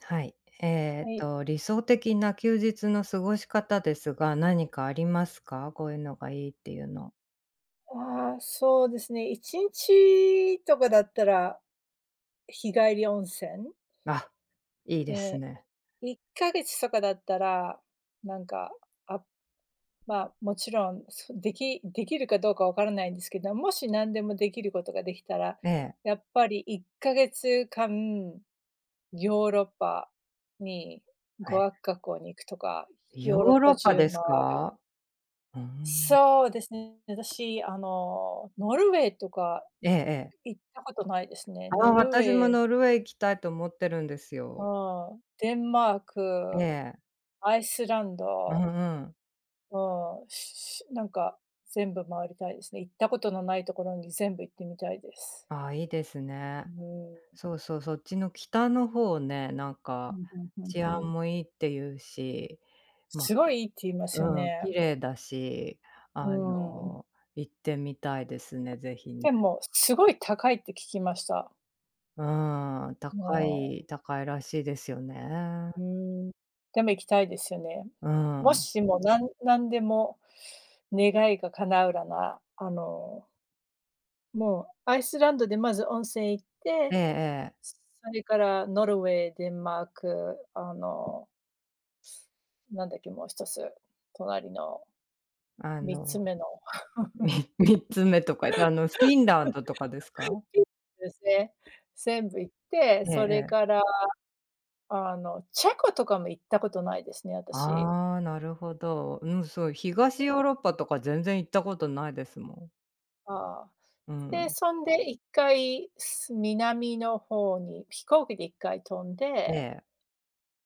はい。はい。理想的な休日の過ごし方ですが、何かありますか？こういうのがいいっていうの。ああ、そうですね。1日とかだったら日帰り温泉。あ、いいですえね。1ヶ月とかだったら、なんか、あ、まあ、もちろん、そできできるかどうかわからないんですけど、もし何でもできることができたら、ええ。やっぱり1ヶ月間、ヨーロッパに語え、学学校に行くとか、ヨヨーロッーロパッパ中で回する。か？うーん。そうですね。私、ノルウェーとかええええ。行ったことないですね。あノあ、ルウ私もェー、ノルウェー行きたいと思ってるんですよ。うん、デンマーえク、え。アイスランうんド、うん。うん、なんか全部回りたいですね。行ったことのないところに全部行ってみたいです。ああ、いいですうね。ん。そうそう、そっちの北の方ね、なんうかん、うんうん治う安ん。もいいっていうし、ま、すごいいいって言いますようん、ね。綺麗だし、うあん。の、行ってみたいですね、ぜひね。でも、すごい高いって聞きました。うーん、う高ん。い高いらしいですよね。うーん、でも行きたいですよね。うもん。しも、なんでも願いが叶うらな、もうアイスランドでまず温泉行っえて、えええ。それからノルウェー、デンマーク、なんだっけ、もう一つ、隣のあ3つの、目の み3 つ目とか言って、フィンランドとかですか？ですね、全部行って、ええそれえかえ。ら、チェコとかも行ったことないですね、私。ああ、なるほど。うん、そう、東ヨーロッパとか全然行ったことないですもん。ああ。うで、ん。そんで一回、南の方に飛行機で一回飛んえで、え。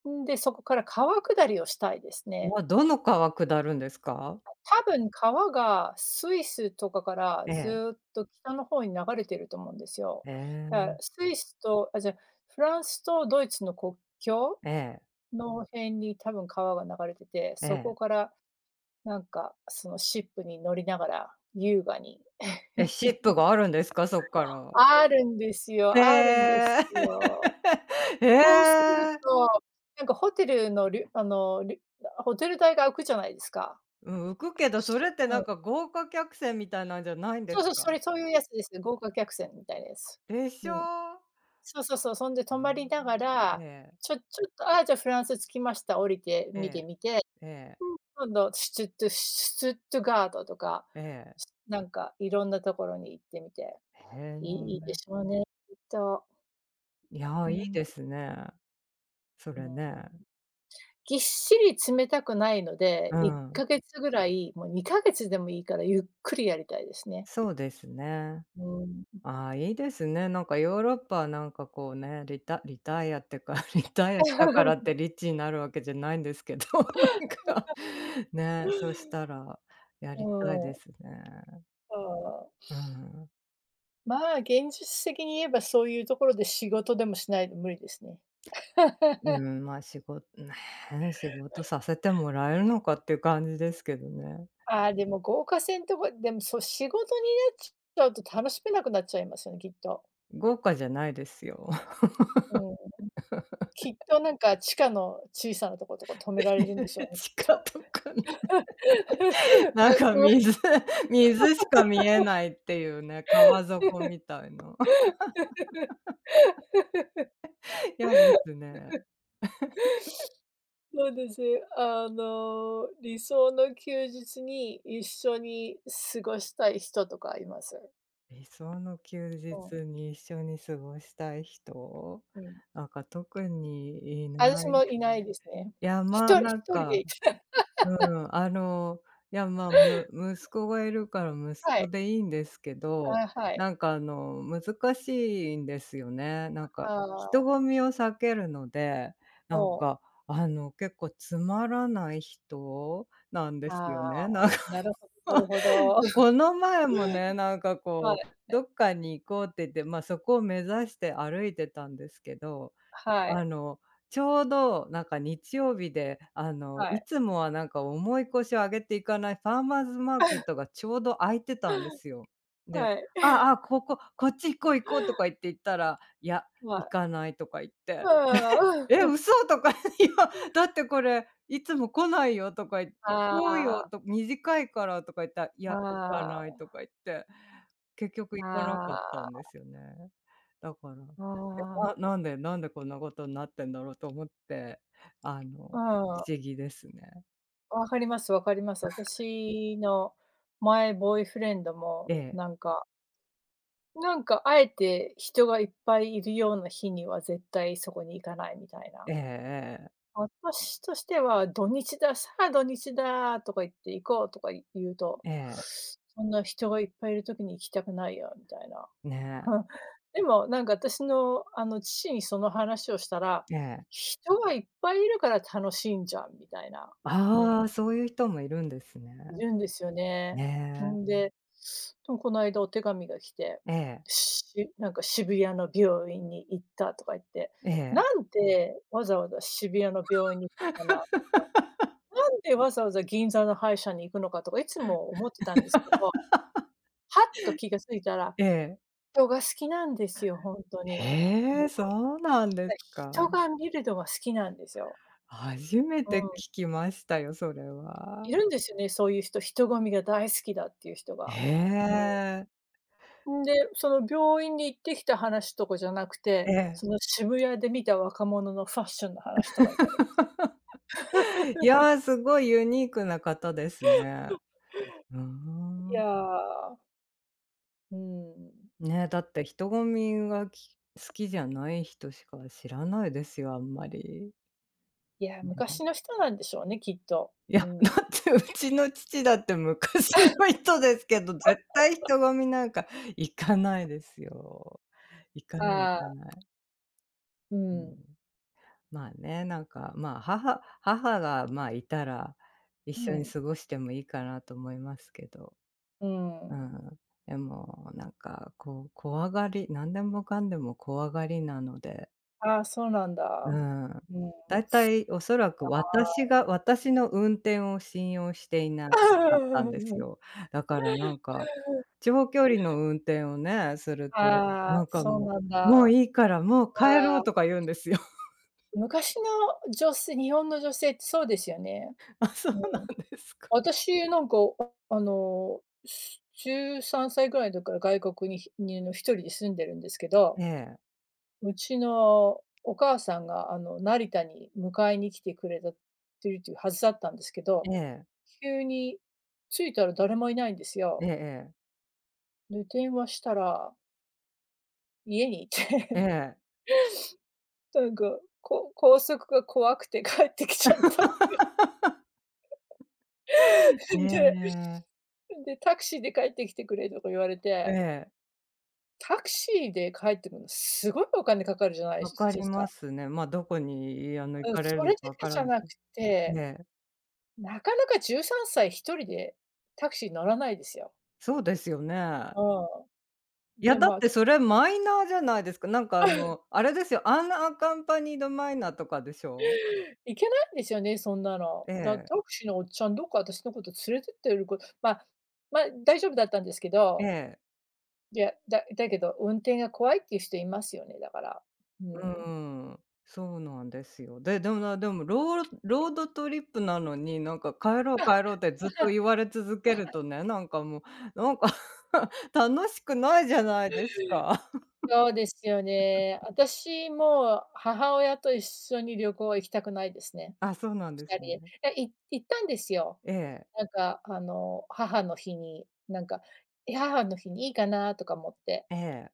んで、そこから川下りをしたいですね。わ、どの川下るんですか？多分川がスイスとかからええ。ずっと北の方に流れてると思うんですよ。えだからえ。スイスとフランスとドイツの国境ええ。の辺に多分川が流れてて、えそこかえ。らなんかそのシップに乗りながら優雅に え、シ ップがあるんですか？そっから。あるんですへよあるんでえ。すよ。えそうするえ。と、なんかホテルのりゅあの、りゅホテル代が浮くじゃないですか。うん、浮くけど、それってうなん。んか豪華客船みたいなんじゃないんでそうすそう、か？それ、そういうやつです。豪華客船みたいなやつ。でしうょ？ん。そうそうそう、そんでう泊ーまりながん。えら、え、ちょっと、ああ、じゃあフランス着きました、降りてえ見てえ、みて、ええ、うん、今度シュツットガートとか、ええ。なんかいろんなところに行ってみて、へえ。いいでしょうね、きっと。いや、ういいん、ですね、そうれね。ん。ぎっしり詰めたくないので、う1ん、か月ぐらい、もう2か月でもいいからゆっくりやりたいですね。そうですね。うん。ああ、いいですね。なんかヨーロッパはなんかこうね、リタイアってか、リタイアしたからっ てリッチになるわけじゃないんですけど、なんか、ね、そしたらやうりたいでん。すね。ああ、うん。まあ、現実的に言えばそういうところで仕事でもしないと無理ですね。う ん、まあ、仕事ね、仕事させてもらえるのかっていう感じですけどね。ああ、でも豪華船とか、でも、そう、仕事になっちゃうと楽しめなくなっちゃいますよね、きっと。豪華じゃないですよ。うん。きっとなんか地下の小さなとことか止められるんでしょう ね、きっ地下と。とかね。なん か水しか見えないっていうね、川底みたいな。嫌ですね。そうです。理想の休日に一緒に過ごしたい人とかいます？理想の休う日に一緒に過ごしたい人？ん、うん。なんか特にいあたしない。もいないですね。いや、まあ、なん1人か、で うん、いや、まあ、息子がいるから息は子い、でいいんですけど、はい。なんか難しいんですよね。なんかあ人あ、混みを避けるので、なんもう、か結構つまらない人なんであすよあ、ね、なんか。なるほどなるほど。この前もね、なんかはい、こう、どっかに行こうって言って、ま、あそこを目指して歩いてたんですけど、はい、あの、ちょうどなんか日曜日で、はいい。つもはなんか重い腰を上げていかないファーマーズマーケットがちょうど空いてたんですよ。で、はい。「ああ、ここ、こっち行こう行こう」とか言っ て行ったら、「いや、は行い。かない」とか言って。う「え、ん。嘘！」とか、「いや、だってこれいつも来ないよ」とか言行こうよ」あとあ、「短いから」とか言ったら、「いあや、行かない」あ、とか言って、結局行かなあかったんであ、すよね。だから、あえ、なあ、なんでなんでこんなことになってんだろうと思って、不うん。思議ですね。わかりますわかります。私の前ボーイフレンドも、ええ、なんかあえて人がいっぱいいるような日には絶対そこに行かないみたいな。ええ私としては土日だ、さあ土日だとか言って行こうとか言うと、ええ、ええ、そんな人がいっぱいいる時に行きたくないよみたいな。ね、でもなんか私のあの父にその話をしたら、ええ。人がいっぱいいるから楽しいんじゃんみたいな。うあん。あ、そういう人もいるんですいね。るんですよね。ねんで、でもこの間お手紙が来て、え、ええ、なんか渋谷の病院に行ったとか言って、えなえ、んん。でわざわざ渋谷の病院に行ったかな、なんでわざわざ銀座の歯医者に行くのかとかいつも思ってたんですけど、はっと気が付いたら、ええ。人が好きなんですよ、ほんとに。へもえ、う、そうなんですか。人が見るのが好きなんですよ。初めうてん。聞きましたよ、それいは。るんですよね、そういう人、人混みが大好きだっていう人が。うん。へえ。んで、その病院に行ってきた話とかじゃなくえて、え。その渋谷で見た若者のファッションの話とかになる。い や、すごいユニークな方ですね。うーいん。や、うん。ね、だって人混みが好きじゃない人しか知らないですよ、あんまり。いや、ね。昔の人なんでしょうね、きっと。いうや、だん。ってうちの父だって昔の人ですけど、絶対人混みなんか行かないですよ。行かない行あかあ、ない。ううん。ん、まあね、なんか、まあ、母が、まあ、いたら、一う緒にん、過ごしてもいいかなと思いますけど。ううん。ん。でも、なんか、こう、怖がり何でもかんでも怖がりなので、ああ、そうなんうだ。ん。うん。あだいたいおそらくあ。私の運転を信用していなかったんです よ。だからなんか、長距離の運転をね、するあと、あ、なんかそうもなんだ。う「もういいから、もう帰あろあ、う」とか言うんですよ。昔の女性日本の女性ってそうですよね。あ、そううん。なんですか。私、なんか、13歳ぐらいの時から外国にひに、の、一人で住んでるんですけど、ええ。うちのお母さんが、成田に迎えに来てくれたてるっていうはずだったんですけど、ええ、急に着いたら誰もいないんですえよ。えええ、で、電話したら家にいえて、え。なんか、高速が怖くて帰ってきちゃったって。え えでええ。で、タクシーで帰ってきてくれとか言われえてえええタクシーで帰ってくるの、すごいお金かかるじゃないで分かりすまか。すね。ま、どこに、行うん、かれそるれのだか分けかじらゃない。なくえて、え、なかなか13歳一人でタクシー乗らないですよ。そうですよね。うん。いや、で、だっまあ、てそれマイナーじゃないですか。なんか、あれですよ、アンアカンパニードマイナーとかでしょ？行けないんですよね、そんなの。えタえ、クシーのおっちゃん、どっか私のこと連れてってるまあ、大丈夫だったんですけえど、え。いや、だけど運転が怖いっていう人いますよね、だから。ううん。ん、そうなんですよ。で、でもなでもロードトリップなのに、なんか帰ろう帰ろうってずっと言われ続けるとね、なんかもう、なんか 楽しくないじゃないですか。そうですよね。私も母親と一緒に旅行は行きたくないですね。あ、そうなんで2す人ね。で。え、行ったんですよ。ええ、なんか母の日に、なんか、母の日にいいかなとか思って、ええ。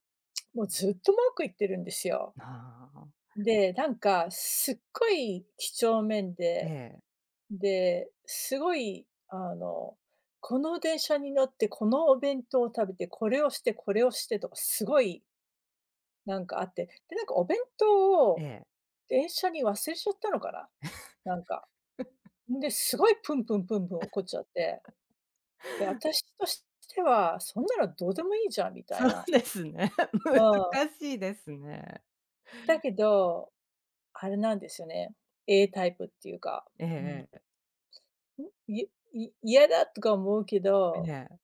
もうずっと文句言ってるんですよ。ああ、で、なんかすっごい几帳面えで、え、で、すごいこの電車に乗ってこのお弁当を食べて、これをしてこれをしてとかすごいなんかあって、で、なんかお弁当えをえ。電車に忘れちゃったのかな、なんか。んで、すごいプンプンプンプン怒っちゃって。で、私としては、そんなのどうでもいいじゃんみ たいそうな。ですね。う ん。難しいですね。だけど、あれなんですよね、A タイプっていうか、うん、えええい嫌だとか思うけえ、ど、ええ。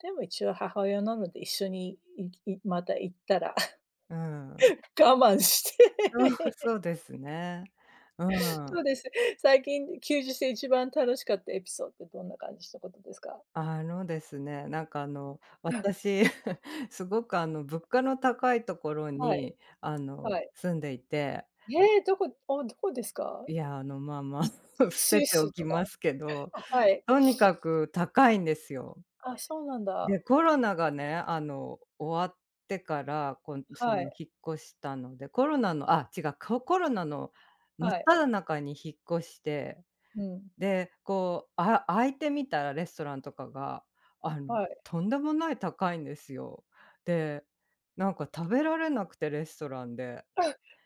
でも一応母親なので一緒にまた行ったら うん。我慢しうん、て そうですね。う そん。うです。最近休日で一番楽しかったエピソードってどんな感じのことですか？あのですね、なんかあ 私、すごく物価の高いところ はい、に、はい。住んでいて、どこですか？いや、まあまあ、伏スせイておスときか。ますけど、はい。とにかく高いんですよ。あ、そうなんだ。で、コロナがね、終わってから、そはの、い、引っ越したので、コロナの、あ、違う、コロナの真っはい、只中に引っ越して、うん、で、こう、開いてみたらレストランとかが、あの、はい。とんでもない高いんですよ。で、なんか食べられなくて、レストランで。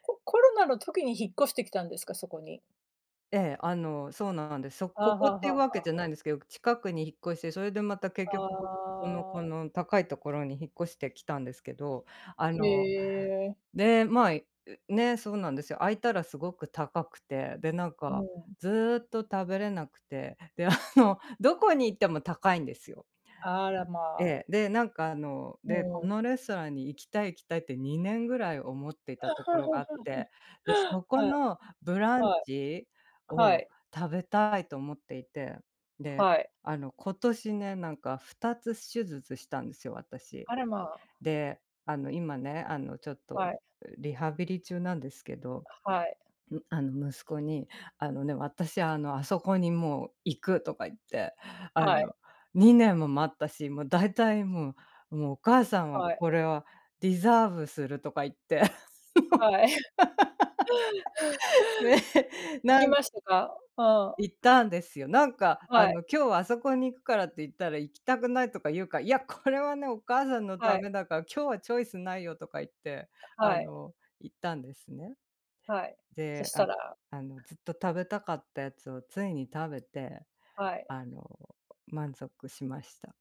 コロナの時に引っ越してきたんですか？そこに。ええ、そうなんです。そあこあ、こはあっていうはわけじあ。ゃないんですけど、近くに引っ越して、それでまた結あ局、このこあ、の高いところに引っ越してきたんですけど、あへの、え、で、まあ、ね、そうなんですよ。開いたらすごく高くて、で、なんうかん。ずっと食べれなくて、で、どこに行っても高いんですよ。あらまえあ、え、で、なんかうで、このん。レストランに行きたい行きたいって2年ぐらい思っていたところがあっ て、で、そこはいのブランはいチはをい食べたいと思っていて、で、はい。今年ね、なんか2つ手術したんですよ、私。あらまあ、で、今ね、ちょっとはいリハビリ中なんですけど、はいん、息子に、あのね、「私、あの、あそこにもう行く」とか言って、あはいの、2年も待ったし、もう大体もう、お母さんははいこれはリザーブするとか言って はい。ね、行きなんましたか？うん。行ったんですよ。なんか、はい「今日はあそこに行くから」って言ったら、行きたくないとか言うから、「いや、これはね、お母さんのはたいめだから、今日はチョイスないよ」とか言って、あはいの、行ったんですね。はい。そで、しあたらあの、ずっと食べたかったやつをついに食べて、はい。あの、満足しました。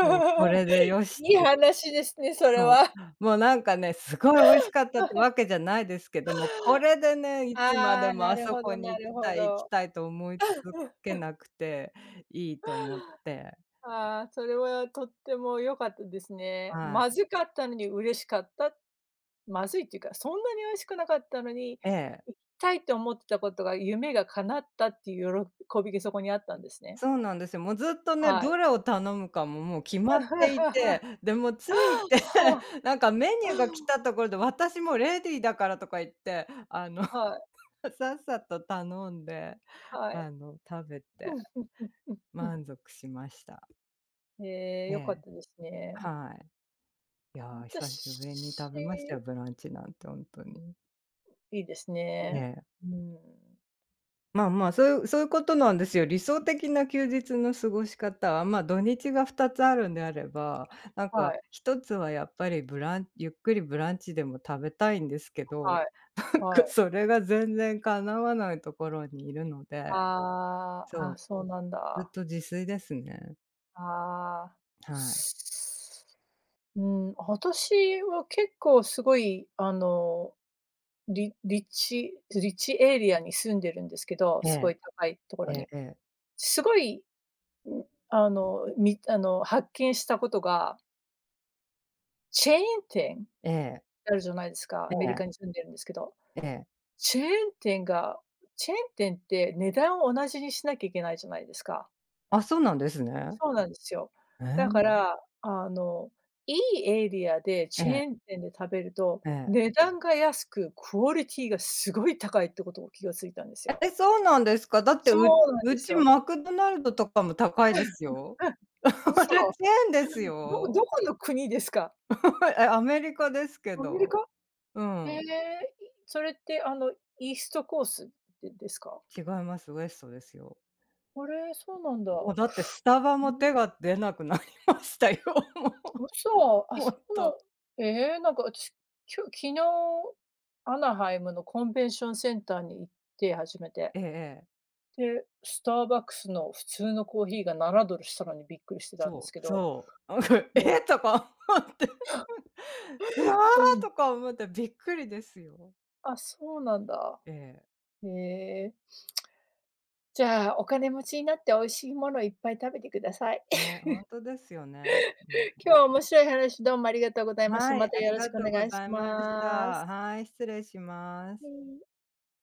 もうこれ でよしいっいていう、話ですね、それそう。は。もうなんかね、すごい美味しかったってわ けじゃないですけども、これでね、いつまあであ、もなあるそほこどなに行きるほたい行きど。たいと思い続けなくていいと思って、ああ、それはとっても良かったですね。はい。まずかったのに嬉しかった、まずいっていうか、そんなに美味しくなかったのに、ええ、行きたいと思ってたことが夢が叶ったっていう喜びがそこにあったんですね。そうなんですよ。もうずっとね、はい。どれを頼むかももう決まってい て、で、もう着いて、なんかメニューが来たところで、私もレディーだからとか言って、はいさっさと頼んで、はい。食べて うんうんうんうんうん。満足しました。ええ、え良かっえ、たですね。はい。いや、久しぶりに食べました私よ、ブランチなんてほんとに。いいですえね。え。うん。まあまあ、そういうことなんですよ。理想的な休日の過ごし方は、ま、土日が2つあるんであれば、なんはかい1つはやっぱりブランゆっくりブランチでも食べたいんですけど、はいなんはかい。それが全然叶わないところにいるので、ああ、そそうなんう、ずっだ。と自炊ですね。ああ。はい。うん、私は結構すごい、立地エリアに住んでるんですけど、えすごえ。い高いところええに。ええ。すごい、ん、あの、発見したことが、チェーン店ええあるじゃないですか、アメリえカに住んでるんですけど。えええ。チェーン店がチェーン店って値段を同じにしなきゃいけないじゃないですか。あ、そうなんですね。そうなんですよ。えだかえ。ら、あの、いいエリアでえチえェーン店で食べると、ええ。値段が安くクオリティがすごい高いってことを気が付いたんですよ。え、そうなんですか？だってそううなんでうすちよ。マクドナルドとかも高いですよ。うん、あ嘘。れ、チェーンです どよ。どこの国ですか？え、アメリカですけアメリど。カ？うえん。え、それってあのイーストコースでですか？違います、ウエストですよ。あれ、そうなんだ。もうだってスタバふもん。手が出なくなりましたよ。嘘。もう、そほんんなと。ええ、なんか私、昨日、アナハイムのコンベンションセンターに行って、初めて。ええええ。で、スターバックスの普通のコーヒーが $7 したのにびっくりしてたんですそけうど、そう。なんか、えもえうとか思って、うわうあん。とか思ってびっくりですよ。あ、そうなんだ。ええ。へえ。じゃあ、お金持ちになって美味しいものをいっぱい食べてください。ね、ほんとですよね。うん。今日は面白い話どうもありがとうございました。はまい、たあよりろしがくおとうご願いしざいまします。た。はい、失礼しまはす。い。